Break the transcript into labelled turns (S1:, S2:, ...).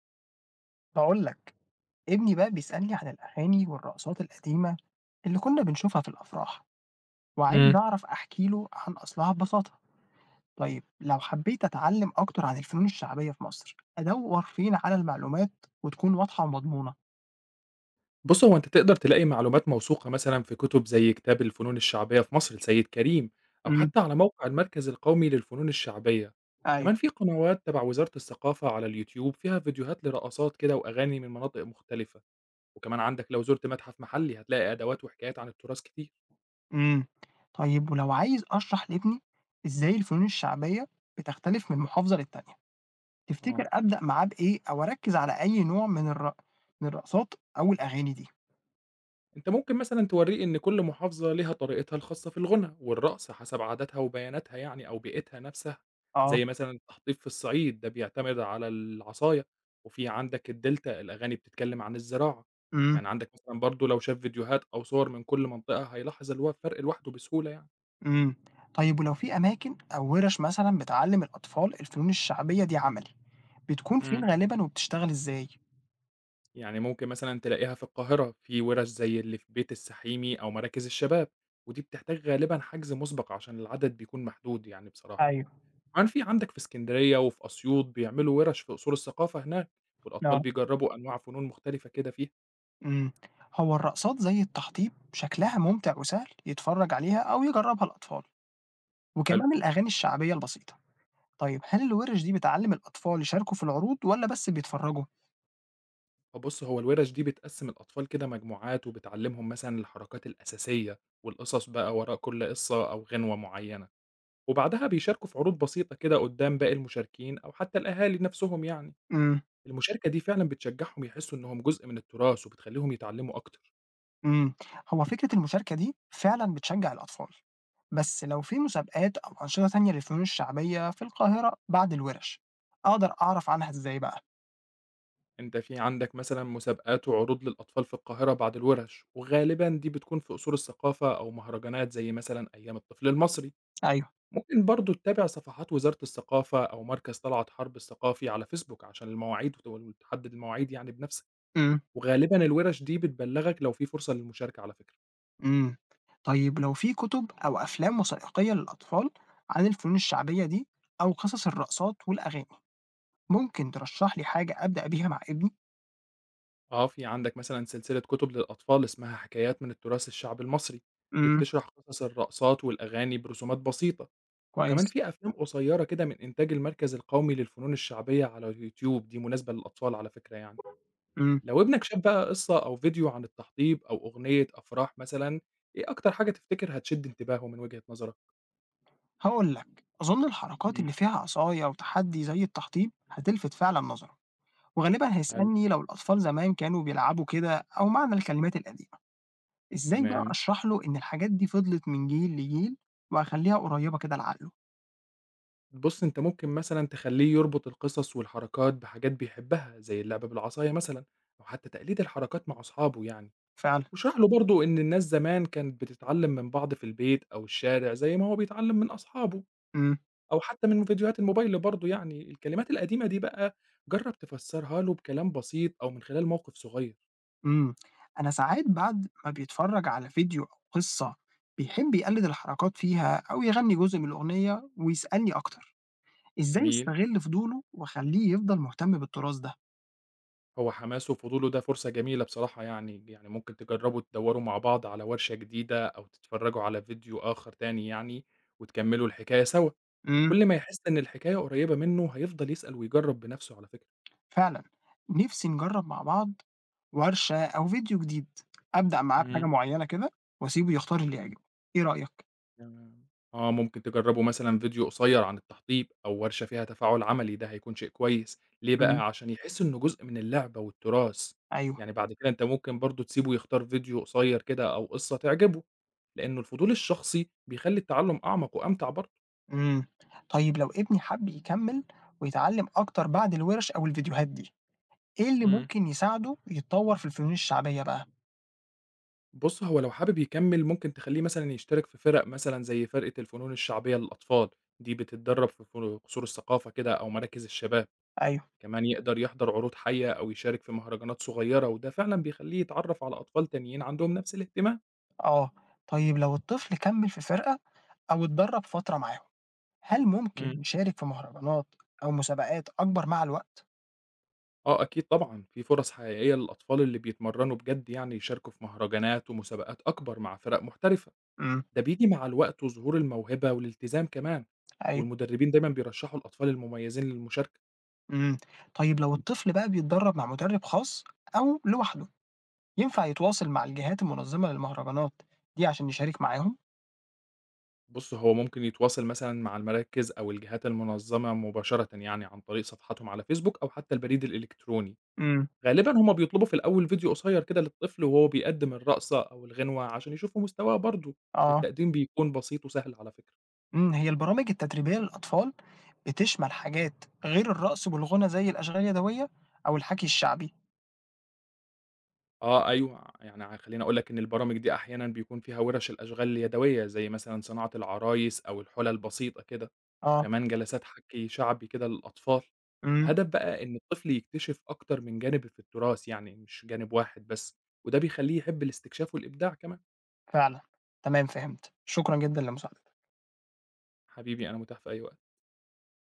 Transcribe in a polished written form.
S1: هاقول لك، ابني بقى بيسألني عن الأغاني والرقصات القديمة اللي كنا بنشوفها في الأفراح، وعايز
S2: إمم.
S1: أعرف أحكي له عن أصلها ببساطة. طيب لو حبيت أتعلم أكتر عن الفنون الشعبية في مصر، أدوّر فين على المعلومات وتكون واضحة ومضمونة؟
S2: بُص، هو أنت تقدر تلاقي معلومات موثوقة مثلًا في كُتب زي كتاب الفنون الشعبية في مصر لسيد كريم، أو
S1: امم.
S2: حتى على موقع المركز القومي للفنون الشعبية.
S1: أيوه،
S2: كمان في قنوات تبع وزارة الثقافة على اليوتيوب فيها فيديوهات لرقصات كده وأغاني من مناطق مختلفة، وكمان عندك لو زُرت متحف محلي هتلاقي أدوات وحكايات عن التراث كتير.
S1: امم. طيب ولو عايز أشرح لابني إزاي الفنون الشعبية بتختلف من محافظة للتانية،
S2: آه.
S1: تفتكر أبدأ معاه بإيه أو أركّز على أي نوع من الرقصات أو الأغاني دي؟
S2: أنت ممكن مثلًا تورّيه إن كل محافظة ليها طريقتها الخاصة في الغُنى والرقص حسب عاداتها وبياناتها يعني أو بيئتها نفسها،
S1: آه،
S2: زي مثلًا التحطيب في الصعيد ده بيعتمد على العصاية، وفي عندك الدلتا الأغاني بتتكلّم عن الزراعة،
S1: امم.
S2: يعني عندك مثلًا برضه لو شاف فيديوهات أو صور من كل منطقة هيلاحظ الفرق لوحده بسهولة يعني.
S1: إمم. طيب ولو في أماكن أو وِرَش مثلًا بتعلِّم الأطفال الفنون الشعبية دي عملي، بتكون فين
S2: إمم.
S1: غالبًا وبتشتغل إزاي؟
S2: يعني ممكن مثلًا تلاقيها في القاهرة في وِرَش زي اللي في بيت السحيمي أو مراكز الشباب، ودي بتحتاج غالبًا حجز مسبق عشان العدد بيكون محدود يعني بصراحة.
S1: أيوه،
S2: كمان في عندك في إسكندرية وفي أسيوط بيعملوا وِرَش في قصور الثقافة هناك، والأطفال إمم
S1: آه.
S2: بيجرّبوا أنواع فنون مختلفة كده فيها.
S1: إمم. هو الرقصات زي التحطيب شكلها ممتع وسهل يتفرّج عليها أو يجرّبها الأطفال،
S2: حلو.
S1: وكمان الأغاني الشعبية البسيطة. طيب هل الوِرَش دي بتعلِّم الأطفال يشاركوا في العروض والّا بس بيتفرّجوا؟
S2: فبُص هو الوِرَش دي بتقسّم الأطفال كده مجموعات وبتعلّمهم مثلًا الحركات الأساسية، والقصص بقى وراء كل قصة أو غنوة معيّنة، وبعدها بيشاركوا في عروض بسيطة كده قدّام باقي المشاركين أو حتى الأهالي نَفْسهم يعني.
S1: إمم.
S2: المشاركة دي فعلًا بتشجّعهم يحسّوا إنهم جزء من التراث وبتخلّيهم يتعلّموا أكتر.
S1: إمم، هو فكرة المشاركة دي فعلًا بتشجّع الأطفال، بس لو في مسابقات أو أنشطة تانية للفنون الشعبية في القاهرة بعد الورش، أقدر أعرف عنها إزاي بقى؟
S2: أنت في عندك مثلًا مسابقات وعروض للأطفال في القاهرة بعد الورش، وغالبًا دي بتكون في قصور الثقافة أو مهرجانات زي مثلًا أيام الطفل المصري،
S1: أيوه.
S2: ممكن برضه تتابع صفحات وزارة الثقافة أو مركز طلعت حرب الثقافي على فيسبوك عشان المواعيد وت وتحدد المواعيد يعني بنفسك،
S1: إمم،
S2: وغالبًا الورش دي بتبلغك لو في فرصة للمشاركة على فكرة.
S1: إمم، طيب لو في كُتب أو أفلام وثائقية للأطفال عن الفنون الشعبية دي أو قصص الرقصات والأغاني، ممكن ترشّح لي حاجة أبدأ بيها مع ابني؟
S2: آه، في عندك مثلًا سلسلة كتب للأطفال اسمها حكايات من التراث الشعبي المصري، دي
S1: إمم،
S2: بتشرح قصص الرقصات والأغاني برسومات بسيطة، وكمان
S1: كويس،
S2: في أفلام قصيّرة كده من إنتاج المركز القومي للفنون الشعبية على اليوتيوب، دي مناسبة للأطفال على فكرة يعني.
S1: إمم،
S2: لو ابنك شاف بقى قصة أو فيديو عن التحطيب أو أغنية أفراح مثلًا، إيه أكتر حاجة تفتكر هتشد انتباهه من وجهة نظرك؟
S1: هاقول لك، أظن الحركات
S2: إمم.
S1: اللي فيها عصاية وتحدي زي التحطيب هتلفت فعلًا نظره. وغالبًا
S2: حلو.
S1: هيسألني لو الأطفال زمان كانوا بيلعبوا كده أو معنى الكلمات القديمة، إزاي بقى
S2: تمام.
S1: أشرح له إن الحاجات دي فضلت من جيل لجيل وأخلّيها قريبة كده لعقله؟
S2: بُص، أنت ممكن مثلًا تخلّيه يربط القصص والحركات بحاجات بيحبها، زي اللعب بالعصاية مثلًا أو حتى تقليد الحركات مع أصحابه يعني.
S1: فعلًا،
S2: واشرح له برضه إن الناس زمان كانت بتتعلّم من بعض في البيت أو الشارع زي ما هو بيتعلّم من أصحابه.
S1: إمم،
S2: أو حتى من فيديوهات الموبايل برضه يعني، الكلمات القديمة دي بقى جرّب تفسّرها له بكلام بسيط أو من خلال موقف صغير.
S1: إمم، أنا ساعات بعد ما بيتفرج على فيديو أو قصة بيحب يقلد الحركات فيها أو يغني جزء من الأغنية ويسألني أكتر، إزاي
S2: جميل.
S1: أستغل فضوله وأخلّيه يفضل مهتم بالتراث ده؟
S2: هو حماسه وفضوله ده فرصة جميلة بصراحة يعني، يعني ممكن تجرّبوا تدوّروا مع بعض على ورشة جديدة أو تتفرّجوا على فيديو آخر تاني يعني وتكمّلوا الحكاية سوا،
S1: إمم.
S2: كل ما يحس إن الحكاية قريّبة منّه هيفضل يسأل ويجرّب بنَفْسه على فكرة.
S1: فعلًا، نِفْسي نجرّب مع بعض ورشة أو فيديو جديد، أبدأ معاه بحاجة
S2: إمم.
S1: معيّنة كده وأسيبه يختار اللي يعجبه، إيه رأيك؟
S2: تمام. آه، ممكن تجرّبوا مثلًا فيديو قصيّر عن التحطيب أو ورشة فيها تفاعل عملي، ده هيكون شيء كويس، ليه
S1: إمم.
S2: بقى؟ عشان يحس إنه جزء من اللعبة والتراث،
S1: أيوه،
S2: يعني بعد كده أنت ممكن برضه تسيبه يختار فيديو قصيّر كده أو قصة تعجبه، لإنه الفضول الشخصي بيخلّي التعلُّم أعمق وأمتع برضه.
S1: إمم، طيب لو ابني حَب يكمّل ويتعلّم أكتر بعد الوِرش أو الفيديوهات دي، إيه اللي
S2: إمم.
S1: ممكن يساعده يتطوّر في الفنون الشعبية بقى؟
S2: بُص، هو لو حابب يكمّل ممكن تخلّيه مثلًا يشترك في فِرَق مثلًا زي فرقة الفنون الشعبية للأطفال، دي بتتدرّب في فن قصور الثقافة كده أو مراكز الشباب.
S1: أيوه،
S2: كمان يقدر يحضر عروض حية أو يشارك في مهرجانات صغيرة وده فعلا بيخليه يتعرف على أطفال تانيين عندهم نفس الاهتمام.
S1: آه، طيب لو الطفل كمّل في فرقة أو اتدرّب فترة معاهم، هل
S2: مم.
S1: ممكن يشارك في مهرجانات أو مسابقات أكبر مع الوقت؟
S2: اه اكيد طبعا في فرص حقيقيه للاطفال اللي بيتمرنوا بجد يعني يشاركوا في مهرجانات ومسابقات اكبر مع فرق محترفه،
S1: إمم،
S2: ده بيجي مع الوقت وظهور الموهبه والالتزام كمان،
S1: أيوه.
S2: والمدربين دايما بيرشحوا الاطفال المميزين للمشاركه.
S1: إمم، طيب لو الطفل بقى بيتدرب مع مدرب خاص أو لوحده، ينفع يتواصل مع الجهات المنظمة للمهرجانات دي عشان يشارك معاهم؟
S2: بص هو ممكن يتواصل مثلا مع المراكز او الجهات المنظمه مباشره يعني عن طريق صفحتهم على فيسبوك او حتى البريد الالكتروني،
S1: إمم،
S2: غالبًا هُم بيطلبوا في الأول فيديو قصير كده للطفل وهو بيقدّم الرقصة أو الغنوة عشان يشوفوا مستواه برضه،
S1: آه،
S2: والتقديم بيكون بسيط وسهل على فكرة.
S1: هي البرامج التدريبية للأطفال بتشمل حاجات غير الرقص والغنى زي الأشغال اليدوية أو الحكي الشعبي،
S2: آه أيوه، يعني خلّيني أقول لك إن البرامج دي أحيانًا بيكون فيها وِرَش الأشغال اليدوية، زي مثلًا صناعة العرايس أو الحُلى البسيطة كده،
S1: آه،
S2: وكمان جلسات حَكي شعبي كده للأطفال.
S1: إمم،
S2: الهدف بقى إن الطفل يكتشف أكتر من جانب في التراث يعني، مش جانب واحد بس، وده بيخلّيه يحب الاستكشاف والإبداع كمان.
S1: فعلًا، تمام فهمت، شكرًا جدًا لمساعدتك.
S2: حبيبي أنا متاح في أي وقت.